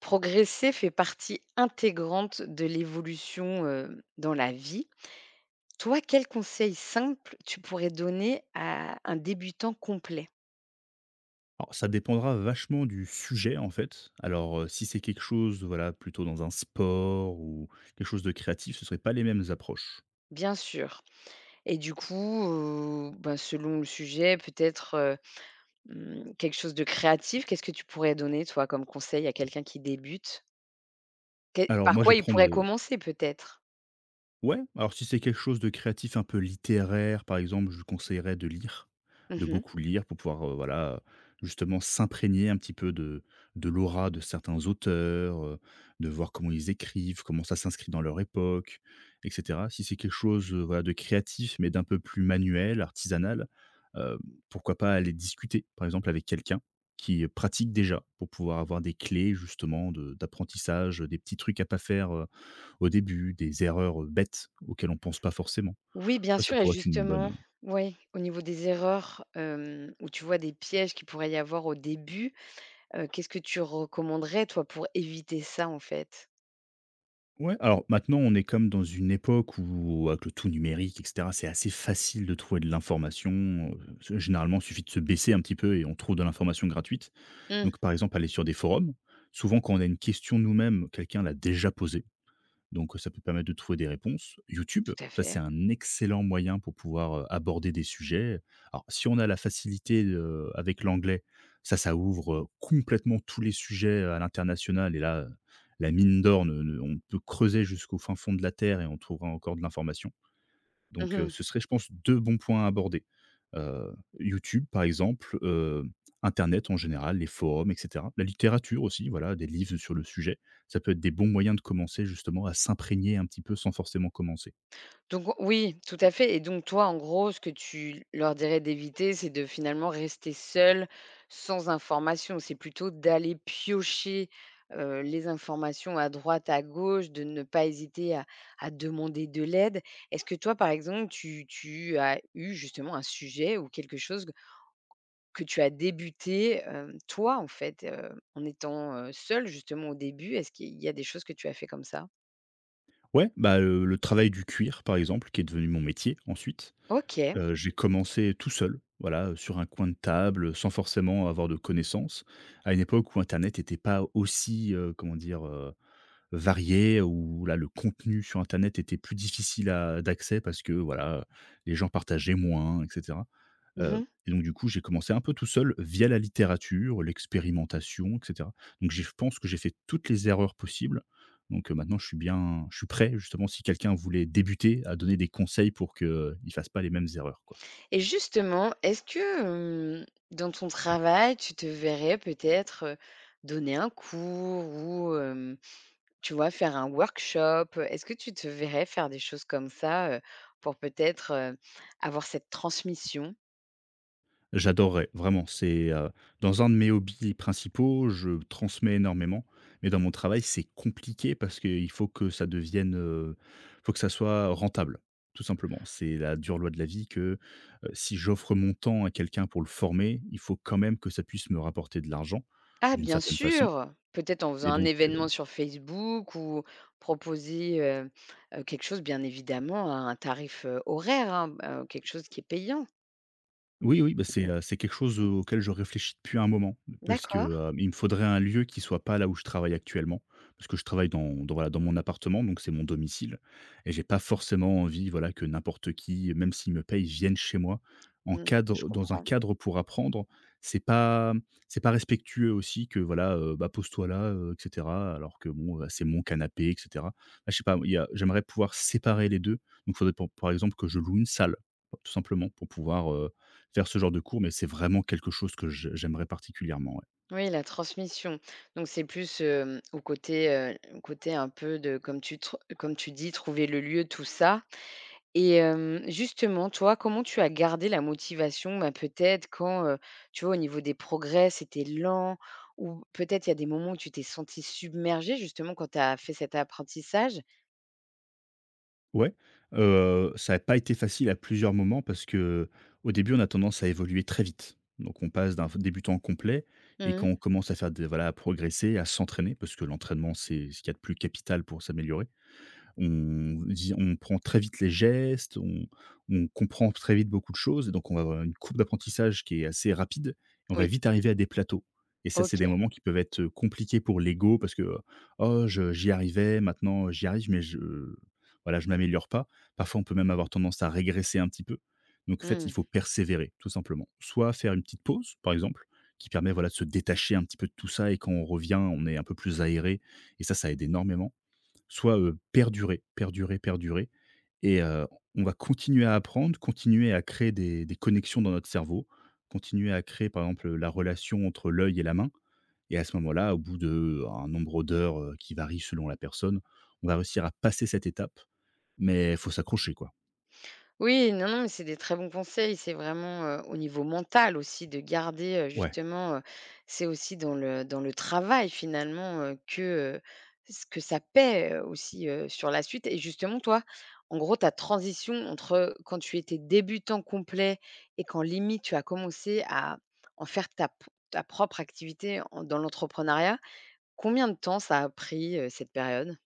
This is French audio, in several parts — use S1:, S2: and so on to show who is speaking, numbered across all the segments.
S1: Progresser fait partie intégrante de l'évolution, dans la vie. Toi, quel conseil simple tu pourrais donner à un débutant complet?
S2: Alors, ça dépendra vachement du sujet, en fait. Alors, si c'est quelque chose, voilà, plutôt dans un sport ou quelque chose de créatif, ce ne serait pas les mêmes approches.
S1: Bien sûr et du coup, selon le sujet, peut-être, mmh, quelque chose de créatif. Qu'est-ce que tu pourrais donner, toi, comme conseil à quelqu'un qui débute? Quel
S2: Alors
S1: par
S2: moi, je
S1: quoi il
S2: prends
S1: pourrait
S2: de
S1: commencer, peut-être?
S2: Ouais, alors si c'est quelque chose de créatif, un peu littéraire, par exemple, je lui conseillerais de lire, de
S1: Mmh.
S2: beaucoup lire pour pouvoir, voilà, justement s'imprégner un petit peu de l'aura de certains auteurs, de voir comment ils écrivent, comment ça s'inscrit dans leur époque et cetera. Si c'est quelque chose, voilà, de créatif, mais d'un peu plus manuel, artisanal, heu, pourquoi pas aller discuter, par exemple, avec quelqu'un qui pratique déjà pour pouvoir avoir des clés justement de d'apprentissage, des petits trucs à pas faire, au début, des erreurs, bêtes auxquelles on pense pas forcément.
S1: Oui, bien
S2: Ça
S1: sûr et
S2: pourrait être une
S1: justement,
S2: bonne.
S1: oui, au niveau des erreurs, ou tu vois des pièges qu'il pourrait y avoir au début, qu'est-ce que tu recommanderais toi pour éviter ça, en fait?
S2: Ouais, alors maintenant, on est comme dans une époque où avec le tout numérique et cetera, c'est assez facile de trouver de l'information. Heu, généralement, il suffit de se baisser un petit peu et on trouve de l'information gratuite.
S1: Mmh,
S2: Donc par exemple, aller sur des forums, souvent quand on a une question nous-mêmes, quelqu'un l'a déjà posée. Donc ça peut permettre de trouver des réponses. YouTube,
S1: tout à
S2: ça
S1: fait.
S2: c'est un excellent moyen pour pouvoir, aborder des sujets. Alors si on a la facilité, avec l'anglais, ça ouvre, complètement tous les sujets à l'international et là, la mine d'or, ne ne on peut creuser jusqu'au fin fond de la terre et on trouvera encore de l'information. Donc,
S1: Mmh.
S2: ce serait, je pense, 2 bons points à aborder. Heu, YouTube, par exemple, internet en général, les forums et cetera. La littérature aussi, voilà, des livres sur le sujet. Ça peut être des bons moyens de commencer justement à s'imprégner un petit peu sans forcément commencer.
S1: Donc o oui, tout à fait et donc toi, en gros, ce que tu leur dirais d'éviter, c'est de finalement rester seul, sans information. C'est plutôt d'aller piocher, les informations à droite, à gauche, de ne pas hésiter à demander de l'aide. Est-ce que toi, par exemple, tu as eu justement un sujet ou quelque chose que tu as débuté, hem, toi, en fait, en étant, seule justement au début, est-ce qu'il y a des choses que tu as fait comme ça?
S2: Ouais, bah, le travail du cuir, par exemple, qui est devenu mon métier ensuite.
S1: OK.
S2: J'ai commencé tout seul, voilà, sur un coin de table, sans forcément avoir de connaissances. À une époque où internet n'était pas aussi, comment dire? Variées, où là, le contenu sur internet était plus difficile à d'accès parce que voilà, les gens partageaient moins et cetera. Heu
S1: Mmh.
S2: et donc du coup, j'ai commencé un peu tout seul via la littérature, l'expérimentation et cetera. Donc j'ai je pense que j'ai fait toutes les erreurs possibles. Donc maintenant je suis prêt justement si quelqu'un voulait débuter à donner des conseils pour qu'il ne fasse pas les mêmes erreurs, quoi.
S1: Et justement, est-ce que, hem, dans ton travail, tu te verrais peut-être, donner un cours ou, tu vois, faire un workshop? Est-ce que tu te verrais faire des choses comme ça, pour peut-être, avoir cette transmission?
S2: J'adorerais, vraiment. C'est, dans un de mes hobbies principaux, je transmets énormément, mais dans mon travail, c'est compliqué parce qu'il faut que ça devienne, faut que ça soit rentable, tout simplement. C'est la dure loi de la vie que, si j'offre mon temps à quelqu'un pour le former, il faut quand même que ça puisse me rapporter de l'argent,
S1: Ah
S2: d'une
S1: bien
S2: certaine façon.
S1: sûr, peut-être en faisant
S2: Et
S1: un
S2: donc
S1: événement sur Facebook ou proposer, quelque chose bien évidemment à un tarif, horaire, hein, quelque chose qui est payant.
S2: oui, oui, bah, c'est quelque chose auquel je réfléchis depuis un moment parce que,
S1: D'accord.
S2: il me faudrait un lieu qui soit pas là où je travaille actuellement. Parce que je travaille dans dans voilà, dans mon appartement, donc c'est mon domicile et j'ai pas forcément envie, voilà, que n'importe qui, même s'il me paye, vienne chez moi en
S1: Mmh, je
S2: cadre dans un
S1: comprends.
S2: cadre pour apprendre. C'est pas c'est pas respectueux aussi que voilà, bah, pose-toi là, et cetera, alors que bon, bah, c'est mon canapé et cetera. Bah, je sais pas, il y a j'aimerais pouvoir séparer les deux. Donc faudrait pour par exemple que je loue une salle, tout simplement pour pouvoir faire ce genre de cours, mais c'est vraiment quelque chose que je j'aimerais particulièrement, ouais.
S1: Oui, la transmission. Donc c'est plus, côté un peu de comme tu tr comme tu dis: «Trouver le lieu, tout ça». Et justement, toi, comment tu as gardé la motivation, bah, peut-être quand, tu vois, au niveau des progrès, c'était lent ou peut-être il y a des moments où tu t'es sentie submergée justement quand tu as fait cet apprentissage?
S2: Ouais, ça n'a pas été facile à plusieurs moments parce que au début, on a tendance à évoluer très vite. Donc on passe d'un débutant complet, et quand
S1: Mmh.
S2: on commence à faire des, voilà, à progresser, à s'entraîner parce que l'entraînement, c'est ce qu'il y a de plus capital pour s'améliorer, on dit, on prend très vite les gestes, on comprend très vite beaucoup de choses et donc on va avoir une courbe d'apprentissage qui est assez rapide et on va
S1: Oui,
S2: vite arriver à des plateaux. Et ça, c'est des
S1: OK.
S2: moments qui peuvent être compliqués pour l'ego parce que, «Oh, je j'y arrivais, maintenant j'y arrive mais je voilà, je m'améliore pas». Parfois, on peut même avoir tendance à régresser un petit peu. Donc en fait, il
S1: Mmh.
S2: faut persévérer tout simplement. Soit faire une petite pause, par exemple, qui permet, voilà, de se détacher un petit peu de tout ça et quand on revient, on est un peu plus aéré et ça aide énormément. Soit, perdurer, perdurer, perdurer et, on va continuer à apprendre, continuer à créer des connexions dans notre cerveau, continuer à créer, par exemple, la relation entre l'œil et la main, et à ce moment-là, au bout d'un nombre d'heures, qui varie selon la personne, on va réussir à passer cette étape, mais il faut s'accrocher, quoi.
S1: Oui, non, non, mais c'est des très bons conseils. C'est vraiment, au niveau mental aussi de garder,
S2: Ouais,
S1: c'est aussi dans le travail finalement, ce que ça paie, sur la suite et justement toi, en gros, ta transition entre, quand tu étais débutant complet et quand limite tu as commencé à en faire ta propre activité en dans l'entrepreneuriat, combien de temps ça a pris, cette période?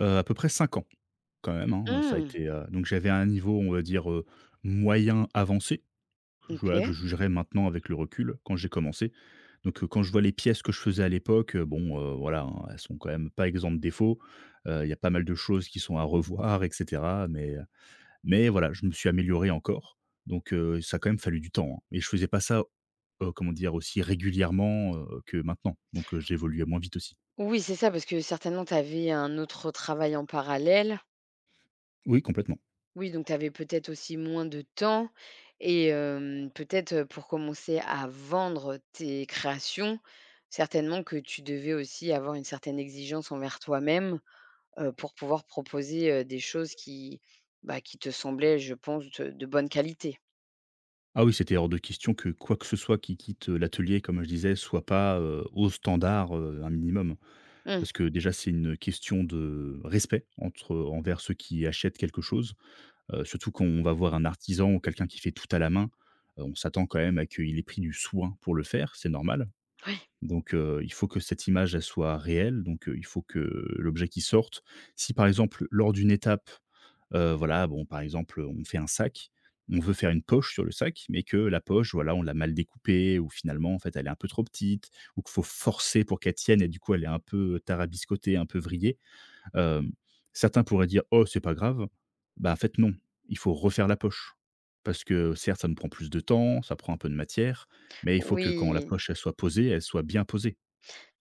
S2: à peu près 5 ans quand même, hein, ça a
S1: Mmh,
S2: été, donc j'avais un niveau, on va dire, moyen avancé. Que Je Voilà, que je
S1: OK.
S2: jugerais maintenant avec le recul, quand j'ai commencé. Donc, quand je vois les pièces que je faisais à l'époque, bon, voilà, hein, elles sont quand même pas exemptes de défauts. Il y a pas mal de choses qui sont à revoir et cetera, mais voilà, je me suis amélioré encore. Donc, ça a quand même fallu du temps, hein. Et je faisais pas ça, comment dire? Aussi régulièrement, que maintenant. Donc, j'évoluais moins vite aussi.
S1: Oui, c'est ça, parce que certainement, tu avais un autre travail en parallèle.
S2: Oui, complètement.
S1: Oui, donc tu avais peut-être aussi moins de temps. Et peut-être, pour commencer à vendre tes créations, certainement que tu devais aussi avoir une certaine exigence envers toi-même, pour pouvoir proposer, des choses qui, bah, qui te semblaient, je pense, de bonne qualité.
S2: Ah oui, c'était hors de question que quoi que ce soit qui quitte, l'atelier, comme je disais, soit pas, aux standards, un minimum.
S1: Mmh,
S2: Parce que déjà, c'est une question de respect entre envers ceux qui achètent quelque chose. Surtout quand on va voir un artisan ou quelqu'un qui fait tout à la main, on s'attend quand même à qu'il ait pris du soin pour le faire, c'est normal.
S1: oui.
S2: Donc il faut que cette image, elle soit réelle, donc il faut que l'objet qui sorte, si par exemple lors d'une étape, voilà, bon, par exemple, on fait un sac, on veut faire une poche sur le sac, mais que la poche, voilà, on l'a mal découpée ou finalement, en fait, elle est un peu trop petite ou qu'il faut forcer pour qu'elle tienne et du coup, elle est un peu tarabiscotée, un peu vrillée. Hem, Certains pourraient dire: «Oh, c'est pas grave». Bah, en fait, non, il faut refaire la poche parce que certes, ça nous prend plus de temps, ça prend un peu de matière, mais il faut que quand la
S1: Oui.
S2: poche, elle soit posée, elle soit bien posée.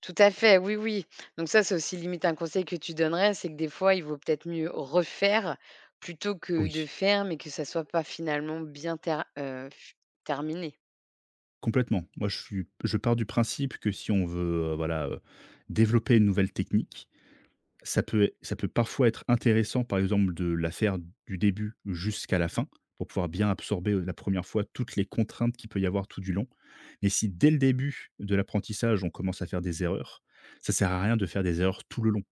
S1: Tout à fait, oui, oui. Donc ça, c'est aussi limite un conseil que tu donnerais, c'est que des fois, il vaut peut-être mieux refaire plutôt que
S2: Oui.
S1: de faire, mais que ça soit pas finalement bien ter f terminé.
S2: Complètement. Moi, je pars du principe que si on veut, voilà, développer une nouvelle technique, ça peut parfois être intéressant, par exemple, de la faire du début jusqu'à la fin, pour pouvoir bien absorber, la première fois, toutes les contraintes qu'il peut y avoir tout du long. Mais si dès le début de l'apprentissage, on commence à faire des erreurs, ça sert à rien de faire des erreurs tout le long.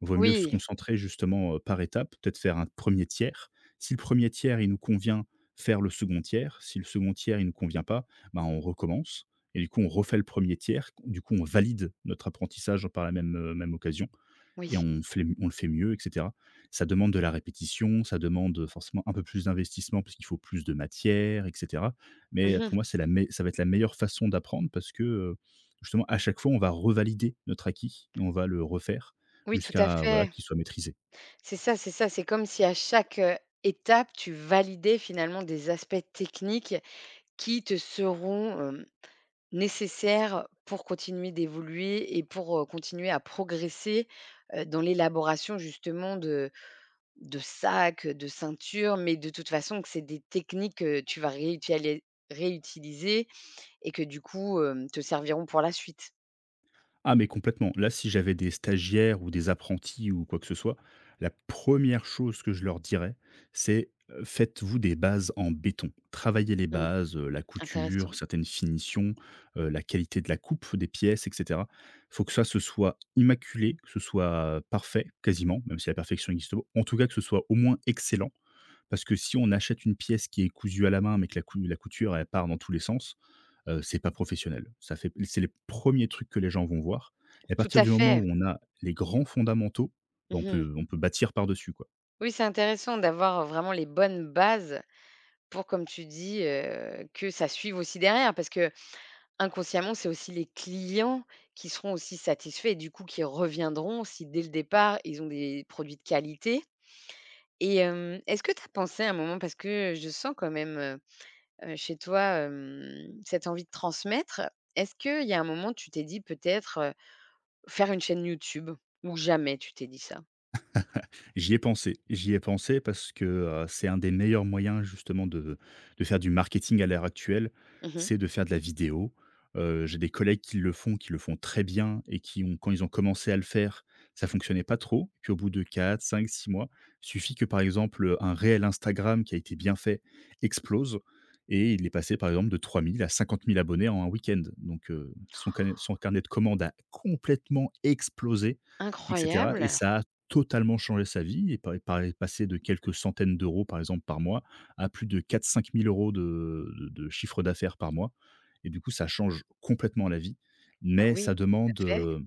S2: Vaut mieux se
S1: Oui,
S2: concentrer justement, par étapes, peut-être faire un premier tiers. Si le premier tiers, il nous convient, faire le second tiers. Si le second tiers, il ne nous convient pas, ben, on recommence et du coup, on refait le premier tiers. Du coup, on valide notre apprentissage par la même occasion
S1: oui.
S2: et on le fait mieux, et cetera. Ça demande de la répétition, ça demande forcément un peu plus d'investissement parce qu'il faut plus de matière, et cetera. Mais pour
S1: Mmh.
S2: moi, c'est la mei ça va être la meilleure façon d'apprendre parce que, justement à chaque fois, on va revalider notre acquis et on va le refaire
S1: Oui, tout à
S2: jusqu'à, voilà,
S1: fait.
S2: qu'il soit maîtrisé.
S1: C'est ça, c'est ça. C'est comme si à chaque, étape, tu validais finalement des aspects techniques qui te seront, nécessaires pour continuer d'évoluer et pour, continuer à progresser, dans l'élaboration justement de sacs, de ceintures, mais de toute façon que c'est des techniques que tu vas réutiali réutiliser et que du coup, te serviront pour la suite.
S2: Ah mais complètement. Là, si j'avais des stagiaires ou des apprentis ou quoi que ce soit, la première chose que je leur dirais, c'est, «Faites-vous des bases en béton». Travaillez les
S1: Mmh,
S2: bases, la
S1: intéressant.
S2: couture, certaines finitions, la qualité de la coupe des pièces et cetera. Il faut que ça, ce soit immaculé, que ce soit parfait quasiment, même si la perfection existe pas. En tout cas, que ce soit au moins excellent, parce que si on achète une pièce qui est cousue à la main, mais que la couture, elle part dans tous les sens, c'est pas professionnel. Ça fait c'est les premiers trucs que les gens vont voir, et à
S1: Tout
S2: partir
S1: à
S2: du moment
S1: fait.
S2: où on a les grands fondamentaux, on
S1: Mmh.
S2: peut bâtir par-dessus, quoi.
S1: Oui, c'est intéressant d'avoir vraiment les bonnes bases pour, comme tu dis, que ça suive aussi derrière parce que inconsciemment, c'est aussi les clients qui seront aussi satisfaits et du coup qui reviendront si dès le départ, ils ont des produits de qualité et est-ce que tu as pensé à un moment parce que je sens quand même, chez toi, cette envie de transmettre, est-ce qu'il y a un moment où tu t'es dit peut-être, faire une chaîne YouTube? Ou jamais tu t'es dit ça?
S2: J'y ai pensé. J'y ai pensé parce que, c'est un des meilleurs moyens justement de faire du marketing à l'heure actuelle,
S1: Mmh.
S2: c'est de faire de la vidéo. J'ai des collègues qui le font très bien et qui ont quand ils ont commencé à le faire, ça fonctionnait pas trop. Puis au bout de 4, 5, 6 mois, suffit que, par exemple, un réel Instagram qui a été bien fait explose et il est passé par exemple de 3 000 à 50 000 abonnés en un week-end. Donc, son carnet de commandes a complètement explosé, et cetera, et
S1: Incroyable!
S2: ça a totalement changé sa vie et pa pa est passé de quelques centaines d'euros, par exemple, par mois, à plus de 4-5000 € de chiffre d'affaires par mois, et du coup, ça change complètement la vie,
S1: Ah
S2: mais
S1: oui, tout à fait.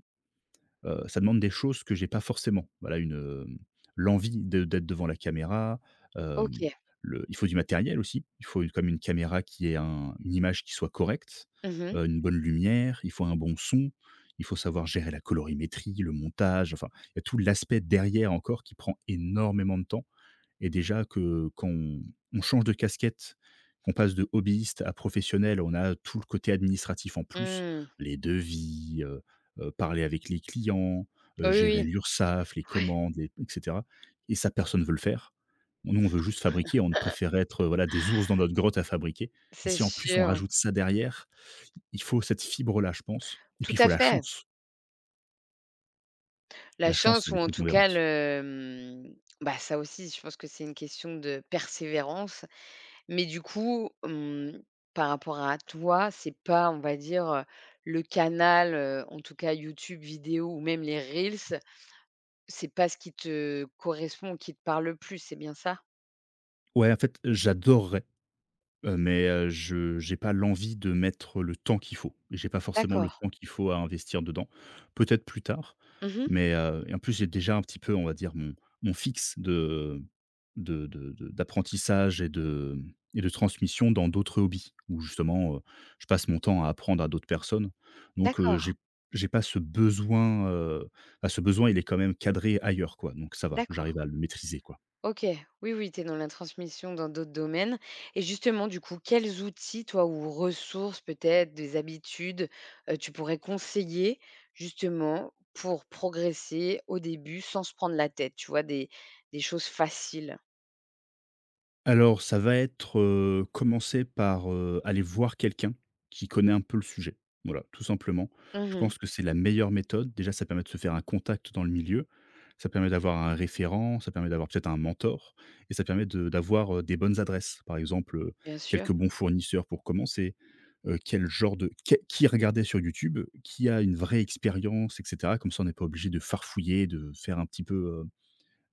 S2: Ça demande des choses que j'ai pas forcément. Voilà, une, l'envie de d'être devant la caméra, hem,
S1: OK.
S2: le il faut du matériel aussi. Il faut comme une caméra qui ait un une image qui soit correcte,
S1: Mmh mh.
S2: une bonne lumière, il faut un bon son, il faut savoir gérer la colorimétrie, le montage, enfin, il y a tout l'aspect derrière encore qui prend énormément de temps, et déjà que quand on change de casquette, qu'on passe de hobbyiste à professionnel, on a tout le côté administratif en plus,
S1: Mmh.
S2: les devis, parler avec les clients,
S1: Oui,
S2: gérer
S1: oui,
S2: l'URSSAF, les
S1: ouais,
S2: commandes, les, et cetera. Et ça, personne ne veut le faire. Nous, on veut juste fabriquer, on préfère être, voilà, des ours dans notre grotte à fabriquer. Et
S1: c'est
S2: si en plus on
S1: sûr.
S2: rajoute ça derrière, il faut cette fibre là, je pense. Et puis
S1: Tout
S2: il faut
S1: à
S2: la
S1: fait.
S2: chance.
S1: La
S2: La chance,
S1: chance
S2: elle
S1: ou
S2: est
S1: en tout cas
S2: prépondérante.
S1: le, mmh, bah, ça aussi, je pense que c'est une question de persévérance. Mais du coup, mmh, par rapport à toi, c'est pas, on va dire, le canal, en tout cas YouTube vidéo ou même les reels, c'est pas ce qui te correspond, qui te parle le plus, c'est bien ça?
S2: Ouais, en fait, j'adorerais. Mais je j'ai pas l'envie de mettre le temps qu'il faut. J'ai pas forcément le
S1: D'accord.
S2: temps qu'il faut à investir dedans. Peut-être plus tard,
S1: Mmh.
S2: mais et en plus, j'ai déjà un petit peu, on va dire, mon fixe de d'apprentissage et de transmission dans d'autres hobbies où justement, je passe mon temps à apprendre à d'autres personnes. Donc, heu,
S1: D'accord,
S2: j'ai j'ai pas ce besoin, ce besoin, il est quand même cadré ailleurs, quoi. Donc ça va,
S1: d'accord.
S2: j'arrive à le maîtriser, quoi.
S1: OK, oui, oui, tu es dans la transmission dans d'autres domaines et justement, du coup, quels outils, toi, ou ressources peut-être, des habitudes, tu pourrais conseiller justement pour progresser au début sans se prendre la tête? Tu vois, des choses faciles?
S2: Alors, ça va être, commencer par, aller voir quelqu'un qui connaît un peu le sujet. Voilà, tout simplement. Je
S1: Mmh
S2: pense que c'est la meilleure méthode. Déjà, ça permet de se faire un contact dans le milieu, ça permet d'avoir un référent, ça permet d'avoir peut-être un mentor et ça permet de d'avoir, des bonnes adresses. Par exemple,
S1: bien sûr.
S2: quelques bons fournisseurs pour commencer, quel genre de qué qui regardait sur YouTube, qui a une vraie expérience, et cetera. Comme ça, on n'est pas obligé de farfouiller, de faire un petit peu,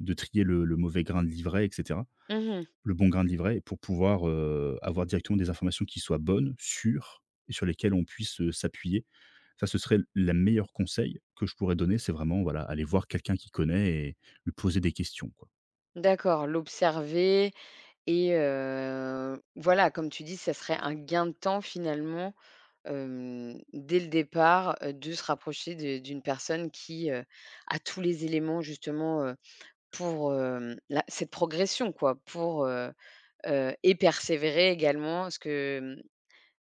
S2: de trier le mauvais grain de livret, et cetera,
S1: Mmh.
S2: le bon grain de livret, et pour pouvoir, avoir directement des informations qui soient bonnes, sûres et sur lesquelles on puisse, s'appuyer. Ça, ce serait le meilleur conseil que je pourrais donner, c'est vraiment, voilà, aller voir quelqu'un qui connaît et lui poser des questions, quoi.
S1: D'accord, l'observer et voilà, comme tu dis, ça serait un gain de temps finalement dès le départ, de se rapprocher de d'une personne qui, a tous les éléments justement, pour, hem, la cette progression quoi, et persévérer également. Ce que, mmh,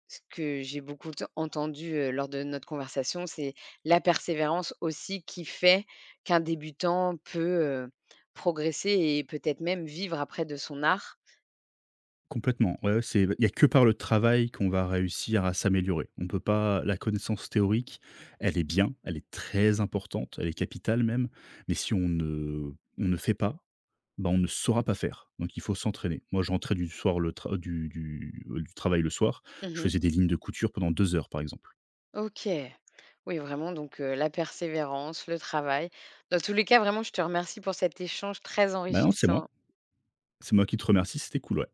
S1: ce que j'ai beaucoup entendu, lors de notre conversation, c'est la persévérance aussi qui fait qu'un débutant peut, progresser et peut-être même vivre après de son art.
S2: Complètement. Ouais, ouais, c'est il n'y a que par le travail qu'on va réussir à s'améliorer. On peut pas, la connaissance théorique, elle est bien, elle est très importante, elle est capitale même, mais si on ne fait pas, on ne saura pas faire. Donc il faut s'entraîner. Moi, je rentrais du soir le tra du travail le soir, je
S1: Mmh.
S2: faisais des lignes de couture pendant 2 heures, par exemple.
S1: OK. Oui, vraiment, donc la persévérance, le travail. Dans tous les cas, vraiment, je te remercie pour cet échange très
S2: Bah non, c'est moi.
S1: enrichissant.
S2: C'est moi qui te remercie, c'était cool, ouais.